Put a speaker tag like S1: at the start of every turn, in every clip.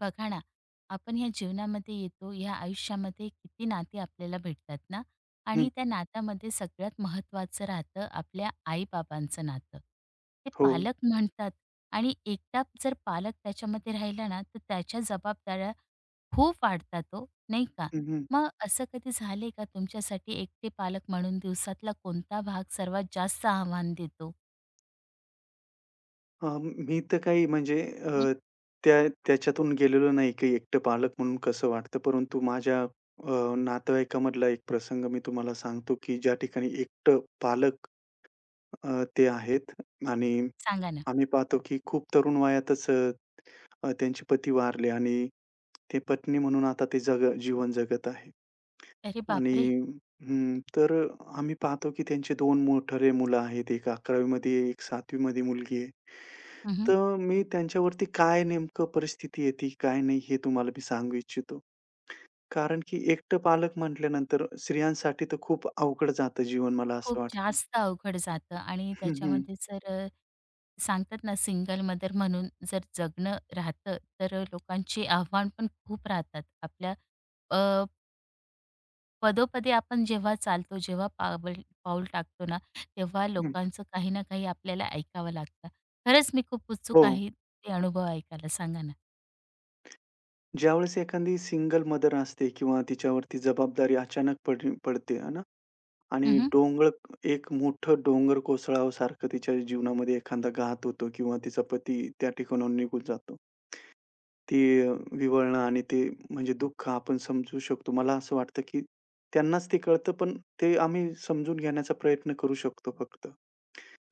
S1: बघा ना. आपण ह्या जीवनामध्ये येतो, ह्या आयुष्यामध्ये किती नाती आपल्याला भेटतात ना.
S2: हं,
S1: आणि त्या नात्यामध्ये सगळ्यात महत्त्वाचं राहतं आपल्या आईबाबांचं नातं. ते
S2: हो.
S1: पालक म्हणतात. आणि एकटा जर पालक त्याच्यामध्ये राहिला ना, तर त्याच्या जबाबदाऱ्या खूप वाढतात तो, नाही का?
S2: हं, हं.
S1: मग असं कधी झाले का तुमच्यासाठी एकटे पालक म्हणून दिवसातला कोणता भाग सर्वात जास्त आव्हान देतो?
S2: अ, मी तर काही म्हणजे
S1: हं.
S2: त्याच्यातून गेलेलो नाही, की एकटं पालक म्हणून कसं वाटतं. परंतु माझ्या नातेवाईकामधला एक प्रसंग मी तुम्हाला सांगतो, की ज्या ठिकाणी एकटं पालक ते आहेत आणि
S1: सांगा ना.
S2: आम्ही पाहतो, की खूप तरुण वयातच अ, अ, त्यांचे पती वारले आणि ते पत्नी म्हणून आता ते जग जीवन जगत आहे.
S1: अरे
S2: आणि
S1: बापरे.
S2: हं, तर आम्ही पाहतो की त्यांचे दोन मोठाले मुलं आहेत. एक 11वी मध्ये एक 7वी मध्ये मुलगी आहे. तर मी त्यांच्यावरती काय नेमकं परिस्थिती येते, काय नाही हे तुम्हाला मी सांगू इच्छितो. कारण की एकटं पालक म्हटल्यानंतर स्त्रियांसाठी तर खूप अवघड जातं जीवन मला
S1: खूप
S2: असं वाटतं.
S1: जास्त अवघड जातं आणि
S2: हं, हं,
S1: त्याच्यामध्ये जर सांगतात ना, सिंगल मदर म्हणून जर जगणं राहतं, तर लोकांची आव्हान पण खूप राहतात. आपल्या अ, पदोपदी आपण जेव्हा चालतो, जेव्हा पाऊल टाकतो ना, तेव्हा
S2: हं.
S1: लोकांचं काही ना काही आपल्याला ऐकावं लागतं. खरंच मी खूप
S2: हो.
S1: उत्सुक आहे ते अनुभव ऐकायला. सांगा ना?
S2: ज्यावेळेस एखादी सिंगल मदर असते किंवा तिच्यावरती जबाबदारी अचानक पडते, आहे ना? आणि
S1: हं.
S2: एक मोठं डोंगर कोसळल्यासारखं तिच्या जीवनामध्ये एखादा घात होतो किंवा तिचा पती त्या ठिकाणाहून निघून जातो. ती अ, विव्हळणं आणि ते म्हणजे दुःख आपण समजू शकतो. मला असं वाटतं, की त्यांनाच ते कळतं, पण ते आम्ही समजून घेण्याचा प्रयत्न करू शकतो फक्त.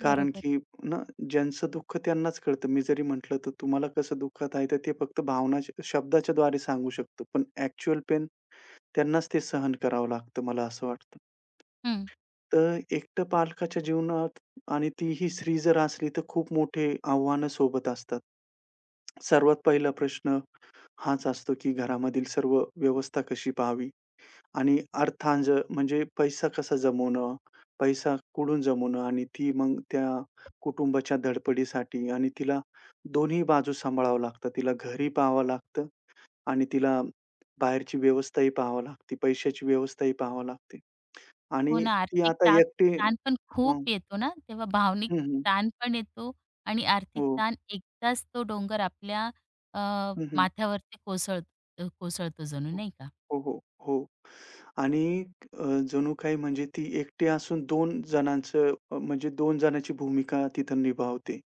S2: कारण
S1: बरोबर.
S2: की ना ज्यांचं दुःख त्यांनाच कळतं. मी जरी म्हटलं, तर तुम्हाला कसं दुःखात आहे, तर ते फक्त भावना शब्दाच्याद्वारे सांगू शकतो. पण ॲक्चुअल पेन त्यांनाच ते सहन करावं लागतं, मला असं वाटतं.
S1: हं.
S2: तर एकटं पालकाच्या जीवनात आणि तीही स्त्री जर असली तर खूप मोठे आव्हानं सोबत असतात. सर्वात पहिला प्रश्न हाच असतो, की घरामधील सर्व व्यवस्था कशी पाहावी आणि अर्थांज म्हणजे पैसा कसा जमवणं, पैसा कुठून जमवणं आणि ती मग त्या कुटुंबाच्या धडपडीसाठी आणि तिला दोन्ही बाजू सांभाळावं लागतं. तिला घरही पाहावं लागतं आणि तिला बाहेरची व्यवस्थाही पाहावी लागते, पैशाची व्यवस्थाही पाहावी लागते.
S1: हो
S2: आणि
S1: ना,
S2: ती
S1: आर्थिक
S2: आता एकटी
S1: ताण पण
S2: हं.
S1: खूप येतो ना, तेव्हा भावनिक
S2: हं, हं.
S1: ताण पण येतो. आणि आर्थिक
S2: हो.
S1: ताण एकदाच तो डोंगर आपल्या अ,
S2: हं, हं.
S1: माथ्यावरती कोसळतो कोसळतो जणू,
S2: हो.
S1: नाही का?
S2: हो, हो, हो. आणि अ, जणू काही म्हणजे ती एकटी असून दोन जणांचं म्हणजे 2 जणांची भूमिका तिथं निभावते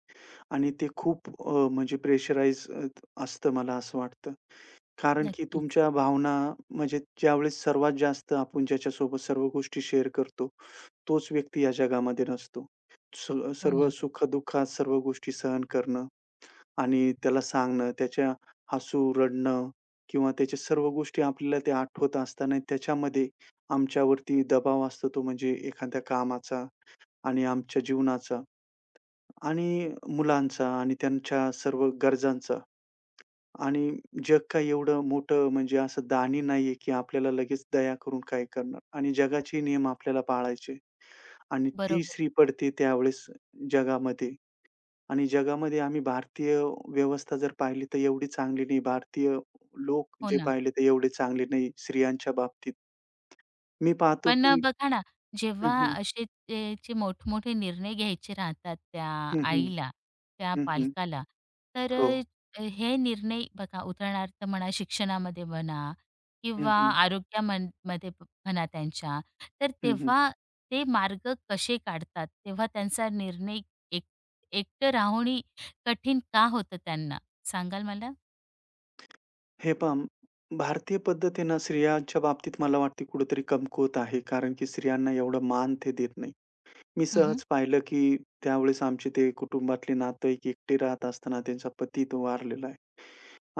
S2: आणि ते खूप म्हणजे प्रेशराइज असतं मला असं वाटतं. कारण की
S1: नक्कीच.
S2: तुमच्या भावना म्हणजे ज्यावेळेस सर्वात जास्त आपण ज्याच्यासोबत सर्व गोष्टी शेअर करतो, तोच व्यक्ती या जगामध्ये नसतो. स
S1: हो
S2: सर्व
S1: ना.
S2: सुख-दुःखात सर्व गोष्टी सहन करणं आणि त्याला सांगणं, त्याच्या हसू, रडणं किंवा त्याच्या सर्व गोष्टी आपल्याला त्या आठवत असताना त्याच्यामध्ये आमच्यावरती दबाव असतो तो म्हणजे एखाद्या कामाचा आणि आमच्या जीवनाचा आणि मुलांचा आणि त्यांच्या सर्व गरजांचा. आणि जग काही एवढं मोठं म्हणजे असं दाणी नाहीये, की आपल्याला लगेच दया करून काय करणार आणि जगाचे नियम आपल्याला पाळायचे आणि ती
S1: बरोबर.
S2: स्त्री पडते त्यावेळेस जगामध्ये. आणि जगामध्ये आम्ही भारतीय व्यवस्था जर पाहिली तर एवढी चांगली नाही. भारतीय लोक
S1: हो
S2: जे
S1: ना.
S2: पाहिले ते एवढे चांगले नाही स्त्रियांच्या बाबतीत. मी पाहतो
S1: पण
S2: की
S1: बघा ना,
S2: हं,
S1: जेव्हा
S2: हं.
S1: असे ते जे मोठमोठे निर्णय घ्यायचे राहतात त्या
S2: हं, हं.
S1: आईला, त्या
S2: हं, हं.
S1: पालकाला, तर
S2: हो.
S1: हे निर्णय बघा, उदाहरणार्थ म्हणा शिक्षणामध्ये म्हणा
S2: हं,
S1: किंवा
S2: हं.
S1: आरोग्यामन म्हणा त्यांच्या, तर
S2: हं, हं.
S1: तेव्हा ते मार्ग कसे काढतात? तेव्हा त्यांचा निर्णय एक एकटं राहणे कठीण का होतं त्यांना? सांगाल मला?
S2: हे पहा भारतीय पद्धत स्त्रियांच्या बाबतीत मला वाटते कुठेतरी कमकुवत आहे. कारण की स्त्रियांना एवढा मान ते देत नाही. मी
S1: हं, हं.
S2: सहज पाहिलं, की त्यावेळेस आमचे ते कुटुंबातले नातेवाईक एकटे राहत असताना त्यांचा पती तो वारलेला आहे.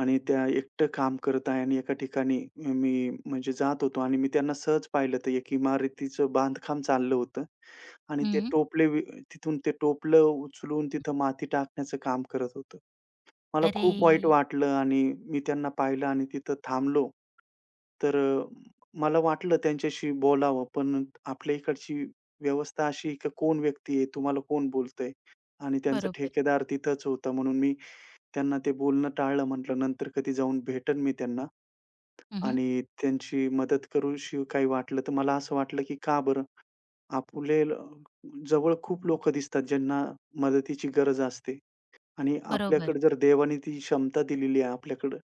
S2: आणि त्या एकटं काम करत आहे आणि एका ठिकाणी मी म्हणजे जात होतो आणि मी त्यांना सहज पाहिलं तर एक इमारतीचं बांधकाम चाललं होतं आणि
S1: हं.
S2: तिथून ते टोपलं उचलून तिथं माती टाकण्याचं काम करत होतं. मला
S1: अरे!
S2: खूप वाईट वाटलं आणि मी त्यांना पाहिलं आणि तिथं थांबलो. तर मला वाटलं त्यांच्याशी बोलावं, पण आपल्या इकडची व्यवस्था अशी आहे की कोण व्यक्ती आहे, तुम्हाला कोण बोलतंय? आणि त्यांचा
S1: बरोबर.
S2: ठेकेदार तिथंच होता म्हणून मी त्यांना ते बोलणं टाळलं. म्हटलं नंतर कधी जाऊन भेटेन मी त्यांना
S1: हं, हं.
S2: आणि त्यांची मदत करूशी काही वाटलं तर मला असं वाटलं की का बरं? आपले ल- जवळ खूप लोकं दिसतात ज्यांना मदतीची गरज असते. आणि
S1: बरोबर.
S2: आपल्याकडे जर देवाने ती क्षमता दिलेली आहे आपल्याकडं,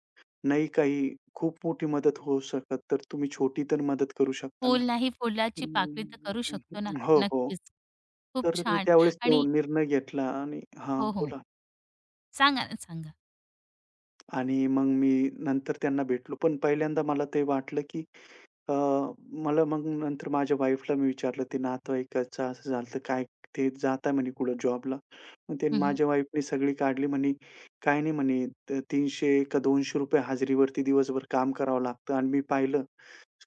S2: नाही काही खूप मोठी मदत होऊ शकत, तर तुम्ही छोटी तर मदत करू शकता ना.
S1: फूल नाही फुलाची पाकळी तर करू शकतो ना.
S2: हं, हो, हो.
S1: नक्कीच. खूप
S2: तर मी
S1: छान.
S2: त्यावेळेस तो
S1: आणि
S2: निर्णय घेतला आणि हां,
S1: हो, हो.
S2: बोला.
S1: सांगा ना, सांगा.
S2: आणि मग मी नंतर त्यांना भेटलो. पण पहिल्यांदा मला ते वाटलं की अ, मला मग नंतर माझ्या वाईफला मी विचारलं, "ते नातेवाईकाचं असं झालं काय ते जात आहे म्हणे कुठं जॉबला." मग ते
S1: हं.
S2: माझ्या वाईफने सगळी काढली म्हणे, "काय नाही म्हणे ₹300 का ₹200 हजेरीवरती दिवसभर काम करावं लागतं." आणि मी पाहिलं,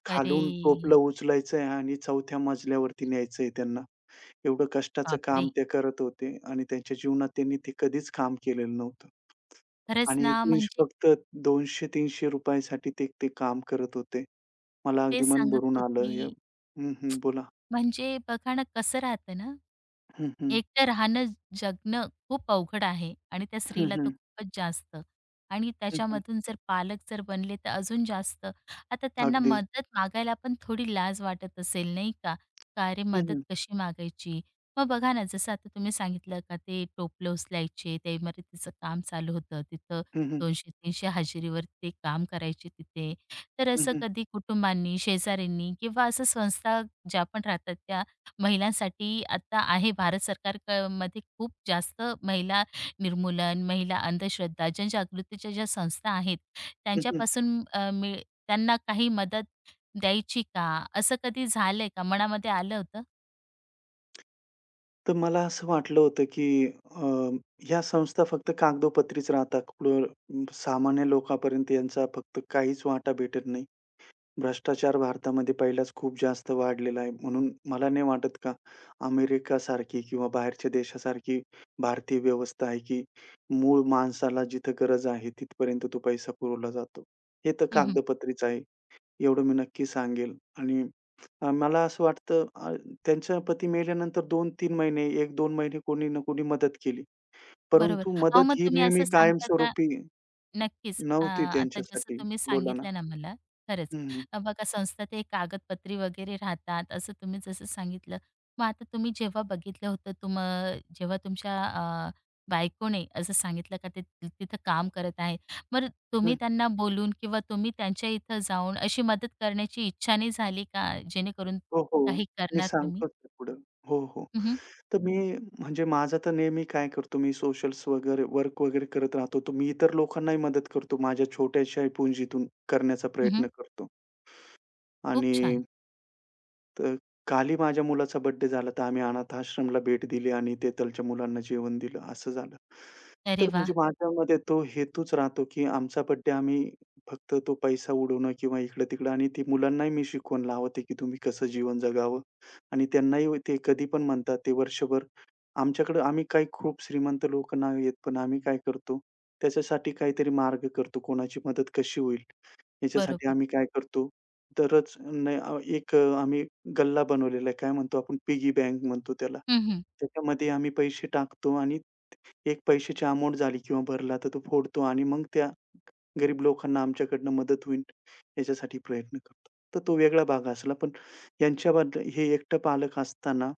S2: खालून टोपलं
S1: अरे
S2: उचलायचंय आणि 4थ्या मजल्यावरती न्यायचंय त्यांना. एवढं कष्टाचं
S1: बापरे!
S2: काम ते करत होते आणि त्यांच्या जीवनात त्यांनी ते कधीच काम केलेलं नव्हतं.
S1: खरंच
S2: आणि
S1: ना, म्हणजे
S2: फक्त ₹200-300 साठी ते ते काम करत होते. मला अगदी
S1: तेच
S2: मन
S1: सांगत
S2: भरून आलं. या
S1: होती.
S2: हं, हं. बोला.
S1: म्हणजे बघा ना, कसं राहतं ना,
S2: हं, हं.
S1: एकटं राहणं, जगणं खूप अवघड आहे आणि त्या
S2: हं,
S1: स्त्रीला तर
S2: हं.
S1: खूपच जास्त. आणि
S2: हं, हं.
S1: त्याच्यामधून जर पालक जर बनले तर अजून जास्त. आता त्यांना
S2: अगदी.
S1: मदत मागायला पण थोडी लाज वाटत असेल, नाही का? का अरे,
S2: हं,
S1: मदत
S2: हं.
S1: कशी मागायची? मग बघा ना, जसं आता तुम्ही सांगितलं का ते टोपलं उचलायचे, त्या इमारतीचं काम चालू होतं. तिथं
S2: हं, हं.
S1: 200-300 हजेरीवर ते काम करायचे तिथे. तर
S2: हं,
S1: असं
S2: हं.
S1: कधी कुटुंबांनी, शेजाऱ्यांनी किंवा असं संस्था ज्या पण राहतात त्या महिलांसाठी आता आहे भारत सरकार क मध्ये खूप जास्त महिला निर्मूलन, महिला अंधश्रद्धा, जनजागृतीच्या ज्या संस्था आहेत,
S2: हं, हं.
S1: त्यांच्यापासून अ, मिळ त्यांना काही मदत द्यायची का? असं कधी झालंय का? मनामध्ये आलं होतं?
S2: तर मला असं वाटलं होतं, की ह्या संस्था फक्त कागदोपत्रीच राहतात. कुठं सामान्य लोकांपर्यंत यांचा फक्त काहीच वाटा भेटत नाही. भ्रष्टाचार भारतामध्ये पहिलाच खूप जास्त वाढलेला आहे. म्हणून मला नाही वाटत का अमेरिकासारखी किंवा बाहेरच्या देशासारखी भारतीय व्यवस्था आहे, की मूळ माणसाला जिथं गरज आहे तिथपर्यंत तो पैसा पुरवला जातो. हे तर
S1: हं, हं.
S2: कागदपत्रीच आहे, एवढं मी नक्की सांगेल आणि मला असं वाटतं त्यांचा पती मेल्यानंतर 2-3 महिने, 1-2 महिने कोणी ना कोणी मदत केली.
S1: बरोबर.
S2: परंतु
S1: अहो,
S2: मदत
S1: मग
S2: ही
S1: तुम्ही
S2: नेहमी
S1: असं सांगता का?
S2: कायमस्वरूपी
S1: नक्कीच.
S2: नव्हती
S1: आता जसं
S2: त्यांच्यासाठी.
S1: तुम्ही
S2: बोला ना.
S1: सांगितलं ना मला, खरंच.
S2: हं, हं.
S1: बघा संस्था ते कागदपत्री वगैरे राहतात, असं तुम्ही जसं सांगितलं. मग आता तुम्ही जेव्हा बघितलं होतं, जेव्हा तुमच्या बायकोने असं सांगितलं का ते तिथं काम करत आहे. बरं, तुम्ही त्यांना बोलून किंवा तुम्ही त्यांच्या इथं जाऊन अशी मदत करण्याची इच्छा नाही झाली का? जेणेकरून
S2: हो, हो.
S1: काही
S2: मी
S1: करणार तुम्ही?
S2: सांगतोच आहे पुढं. हो, हो.
S1: हं, हं.
S2: तर मी म्हणजे माझं तर नेहमी काय करतो मी सोशल्स वगैरे वर्क वगैरे करत राहतो. तर मी इतर लोकांनाही मदत करतो. माझ्या छोट्याशा पुंजीतून करण्याचा प्रयत्न करतो
S1: खूप
S2: आणि
S1: छान.
S2: तर काली माझ्या मुलाचा बर्थडे झाला, तर आम्ही अनाथ आश्रमला भेट दिली आणि तेथलच्या मुलांना जेवण दिलं, असं झालं.
S1: अरे
S2: तर
S1: वाह!
S2: म्हणजे माझ्यामध्ये तो हेतूच राहतो, की आमचा बर्थडे आम्ही फक्त तो पैसा उडवणं किंवा इकडं-तिकडं आणि ती मुलांनाही मी शिकवण लावते, की तुम्ही कसं जीवन जगावं आणि त्यांनाही ते कधी पण म्हणतात ते वर्षभर आमच्याकडं आम्ही काही खूप श्रीमंत लोक नाही आहेत, पण आम्ही काय करतो, त्याच्यासाठी काहीतरी मार्ग करतो, कोणाची मदत कशी होईल ह्याच्यासाठी
S1: बरोबर.
S2: आम्ही काय करतो, तरच नाही एक आम्ही गल्ला बनवलेला आहे. काय म्हणतो आपण पिगी बँक म्हणतो त्याला.
S1: हं.
S2: त्याच्यामध्ये आम्ही पैसे टाकतो आणि एक पैशाची अमाउंट झाली किंवा भरला तर तो फोडतो आणि मग त्या गरीब लोकांना आमच्याकडनं मदत होईल याच्यासाठी प्रयत्न करतो. तर तो वेगळा भाग असला. पण यांच्याबद्दल हे एकटं पालक असताना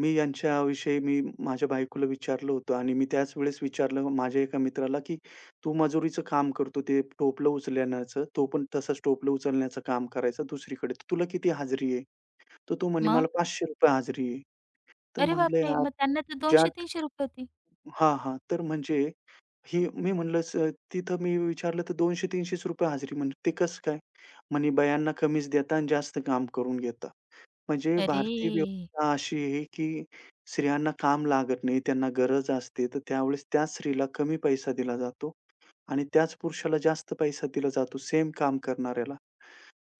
S2: मी माझ्या बायकोला विचारलं होतं आणि मी त्याच वेळेस विचारलं माझ्या एका मित्राला, की "तू मजुरीचं काम करतो, ते टोपलं उचलण्याचं. तो पण तसंच टोपलं उचलण्याचं काम करायचा दुसरीकडे. तर तुला किती हाजरी आहे?" तर तो म्हणे, "मला
S1: मग?
S2: ₹500 हाजरी आहे." तर
S1: अरे
S2: म्हटलं,
S1: बापरे!
S2: "यार,
S1: मग त्यांना तर
S2: ज्या"
S1: ₹200-300 होते.
S2: हां, हां. तर म्हणजे मी म्हणलं, "स" तिथं मी विचारलं तर ₹200-300 हाजरी. म्हणजे "ते कसं काय?" म्हणे, "बायांना कमीच देता आणि जास्त काम करून घेता." म्हणजे
S1: अरे!
S2: भारतीय व्यवस्था अशी आहे, की स्त्रियांना काम लागत नाही, त्यांना गरज असते, तर त्यावेळेस त्या स्त्रीला कमी पैसा दिला जातो आणि त्याच पुरुषाला जास्त पैसा दिला जातो, सेम काम करणाऱ्याला.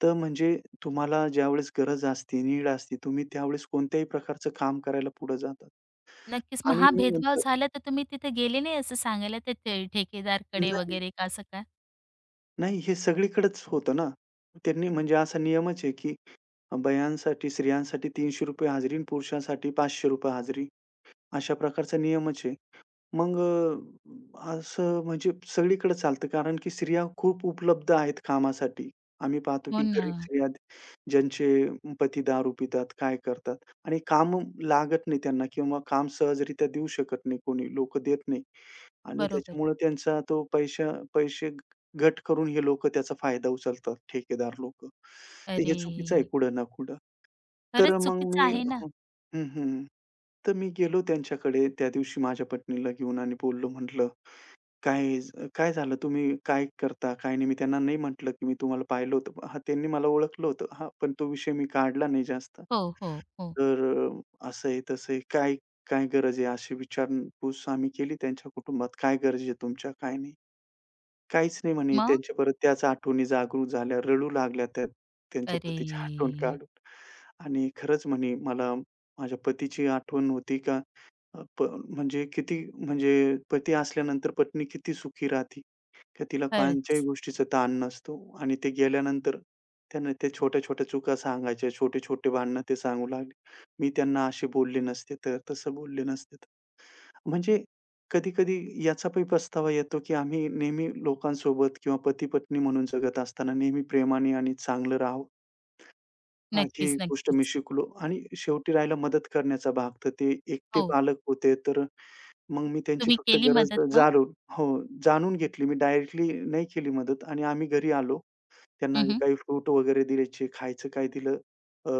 S2: तर म्हणजे तुम्हाला ज्यावेळेस गरज असते, नीड असते, तुम्ही त्यावेळेस कोणत्याही प्रकारचं काम करायला पुढे जातात.
S1: नक्कीच. मग
S2: आणि
S1: हा
S2: मी
S1: भेदभाव
S2: म्हणतो
S1: झाला तर तुम्ही तिथे गेले नाही असं सांगायला त्या ठेकेदारकडे
S2: नाही,
S1: वगैरे का असं का?
S2: नाही, हे सगळीकडेच होतं ना. त्यांनी म्हणजे असा नियमच आहे, की बायांसाठी, स्त्रियांसाठी ₹300 हजेरी आणि पुरुषांसाठी ₹500 हजेरी. अशा प्रकारचा नियमच आहे. मग असं म्हणजे सगळीकडे चालतं कारण की स्त्रिया खूप उपलब्ध आहेत कामासाठी. आम्ही पाहतो
S1: हो
S2: की
S1: ना.
S2: गरीब स्त्रिया ज्यांचे पती दारू पितात, काय करतात आणि काम लागत नाही त्यांना किंवा काम सहजरित्या देऊ शकत नाही कोणी, लोक देत नाही आणि
S1: बरोबर.
S2: त्याच्यामुळे त्यांचा तो पैसे गट करून हे लोकं त्याचा फायदा उचलतात, ठेकेदार लोकं. तर हे
S1: अरे!
S2: चुकीचं आहे कुठं ना कुठं. तर
S1: खरंच
S2: मग
S1: चुकीचं
S2: मी
S1: आहे ना.
S2: हं. हं, हं. तर मी गेलो त्यांच्याकडे त्या दिवशी माझ्या पत्नीला घेऊन आणि बोललो म्हटलं, "काय काय झालं? तुम्ही काय करता? काय नाही?" मी त्यांना नाही म्हटलं, की मी तुम्हाला पाहिलं होतं. हां, त्यांनी मला ओळखलं होतं. हां, पण तो विषय मी काढला नाही जास्त.
S1: हो, हो, हो.
S2: तर असं आहे, तसं आहे. काय काय गरज आहे? अशी विचारपूस आम्ही केली त्यांच्या कुटुंबात. "काय गरज आहे तुमच्या? काय नाही?" "काहीच नाही" म्हणे.
S1: मग?
S2: त्यांच्या परत त्याच आठवणी जागृत झाल्या. रडू लागल्या त्या त्यांच्या
S1: अरे!
S2: पतीची आठवण काढून. आणि खरंच म्हणे मला माझ्या पतीची आठवण होती का अ, प म्हणजे किती म्हणजे पती असल्यानंतर पत्नी किती सुखी राहते, का तिला कोणत्याही
S1: खरंच.
S2: गोष्टीचा ताण नसतो आणि ते गेल्यानंतर त्यांना त्या छोट्या-छोट्या चुका सांगायच्या, छोटे-छोटे भांडणं ते सांगू लागले. "मी त्यांना असे बोलले नसते तर, तसं बोलले नसते तर." म्हणजे कधी-कधी याचा पण पस्तावा येतो, की आम्ही नेहमी लोकांसोबत किंवा पती-पत्नी म्हणून जगत असताना नेहमी प्रेमाने आणि चांगलं राहावं. हां, ही
S1: नक्कीच,
S2: गोष्ट मी
S1: नक्कीच.
S2: शिकलो आणि शेवटी राहिला मदत करण्याचा भाग, तर ते एकटे
S1: हो.
S2: पालक होते, तर मग मी त्यांची
S1: तुम्ही
S2: फक्त
S1: केली
S2: गरज
S1: मदत मग?
S2: जाणून हो, जाणून घेतली. मी डायरेक्टली नाही केली मदत आणि आम्ही घरी आलो. त्यांना
S1: हं,
S2: जे
S1: हं.
S2: काही फ्रूट वगैरे दिले, जे खायचं काय दिलं, अ,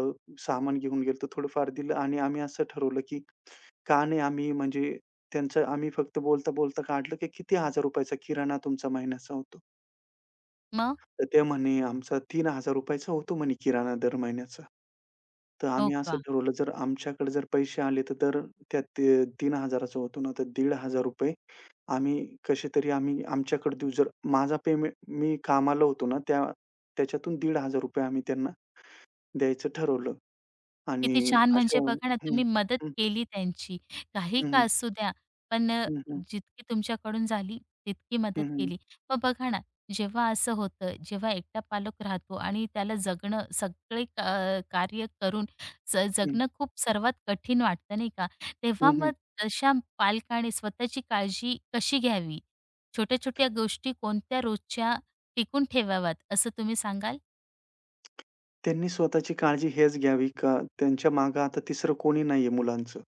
S2: सामान घेऊन गेलो तर थोडंफार दिलं आणि आम्ही असं ठरवलं, की का नाही आम्ही म्हणजे त्यांचं आम्ही फक्त बोलता-बोलता काढलं, की "किती ₹1000 किराणा तुमचा महिन्याचा होतो?"
S1: मग?
S2: तर ते म्हणे, "आमचा ₹3000 होतो म्हणे किराणा दर महिन्याचा." तर
S1: हो
S2: आम्ही असं
S1: का?
S2: ठरवलं जर आमच्याकडे जर पैसे आले तर दर त्या ते 3,000चा होतो ना, तर ₹1,500 आम्ही कसेतरी आम्ही आमच्याकडे देऊ. जर माझा पेमेंट मी कामाला होतो ना, त्याच्यातून ₹1,500 आम्ही त्यांना द्यायचं ठरवलं
S1: किती
S2: आणि
S1: छान! म्हणजे
S2: अशा हं,
S1: बघा ना, तुम्ही मदत
S2: हं,
S1: केली त्यांची. काही का
S2: हं,
S1: असू द्या, पण
S2: हं, हं,
S1: जितकी तुमच्याकडून झाली तितकी
S2: हं,
S1: मदत
S2: हं,
S1: केली. मग बघा ना, जेव्हा असं होतं, जेव्हा एकटा पालक राहतो आणि त्याला जगणं कार्य करून
S2: हं,
S1: जगणं खूप सर्वात कठीण वाटतं, नाही का? तेव्हा मग तशा पालकाने स्वतःची काळजी कशी घ्यावी? छोट्या-छोट्या गोष्टी कोणत्या रोजच्या टिकून ठेवाव्यात, असं तुम्ही सांगाल?
S2: त्यांनी स्वतःची काळजी हेच घ्यावी का त्यांच्या मागे आता तिसरं कोणी नाहीये मुलांचं.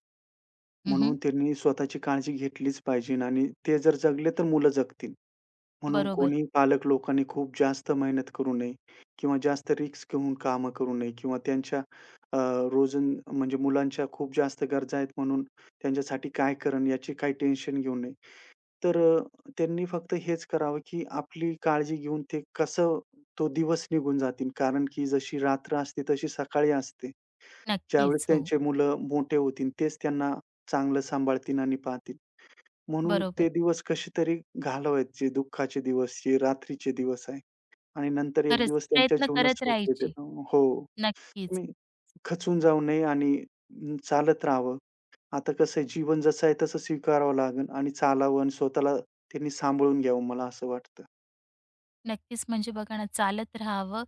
S1: हं,
S2: म्हणून त्यांनी स्वतःची काळजी घेतलीच पाहिजे आणि ते जर जगले तर मुलं जगतील. म्हणून
S1: बरोबर.
S2: कोणी पालक लोकांनी खूप जास्त मेहनत करू नये किंवा जास्त रिस्क घेऊन कामं करू नये किंवा त्यांच्या अ, रोजन म्हणजे मुलांच्या खूप जास्त गरजा आहेत म्हणून त्यांच्यासाठी काय करणं याची काही टेन्शन घेऊ नये. तर त्यांनी फक्त हेच करावं, की आपली काळजी घेऊन ते कसं तो दिवस निघून जातील कारण की जशी रात्र असते तशी सकाळी असते. ज्यावेळेस
S1: नक्कीच. हो,
S2: त्यांचे मुलं मोठे होतील, तेच त्यांना चांगलं सांभाळतील आणि पाहतील. म्हणून
S1: बरोबर.
S2: ते दिवस कसेतरी घालवायचे, जे दुःखाचे दिवस, हे रात्रीचे दिवस आहे आणि नंतर एक
S1: खरंच
S2: दिवस त्यांच्या
S1: प्रयत्न
S2: जीवनात
S1: करत
S2: सुख भेटेल.
S1: राहायचे.
S2: हो,
S1: नक्कीच.
S2: तुम्ही खचून जाऊ नये आणि चालत राहावं. आता कसं आहे, जीवन जसं आहे तसं स्वीकारावं लागेल आणि चालावं आणि स्वतःला त्यांनी सांभाळून घ्यावं, मला असं वाटतं.
S1: नक्कीच. म्हणजे बघा ना, चालत राहावं.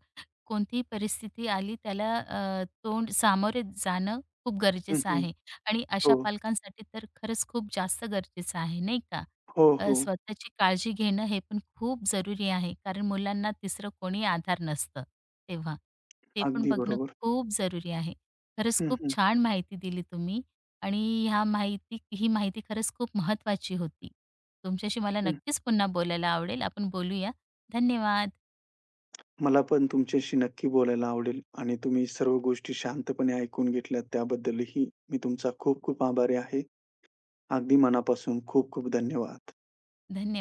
S1: कोणतीही परिस्थिती आली त्याला तोंड सामोरे जाणं खूप
S2: हं,
S1: गरजेचं
S2: हं.
S1: आहे आणि
S2: हो.
S1: अशा पालकांसाठी तर खरंच खूप जास्त गरजेचं आहे, नाही का?
S2: हो, हो.
S1: स्वतःची काळजी घेणं हे पण खूप जरुरी आहे. कारण मुलांना तिसरं कोणी आधार नसतं तेव्हा. ते पण
S2: अगदी
S1: बघणं
S2: बरोबर.
S1: खूप जरुरी आहे. खरंच
S2: हं,
S1: खूप
S2: हं.
S1: छान माहिती दिली तुम्ही आणि ह्या माहिती ही माहिती खरंच खूप महत्त्वाची होती. तुमच्याशी मला
S2: हं.
S1: नक्कीच पुन्हा बोलायला आवडेल. आपण बोलूया. धन्यवाद.
S2: मला पण तुमच्याशी नक्की बोलायला आवडेल आणि तुम्ही सर्व गोष्टी शांतपणे ऐकून घेतल्यात त्याबद्दलही मी तुमचा खूप खूप आभारी आहे. अगदी मनापासून खूप खूप धन्यवाद.
S1: धन्यवाद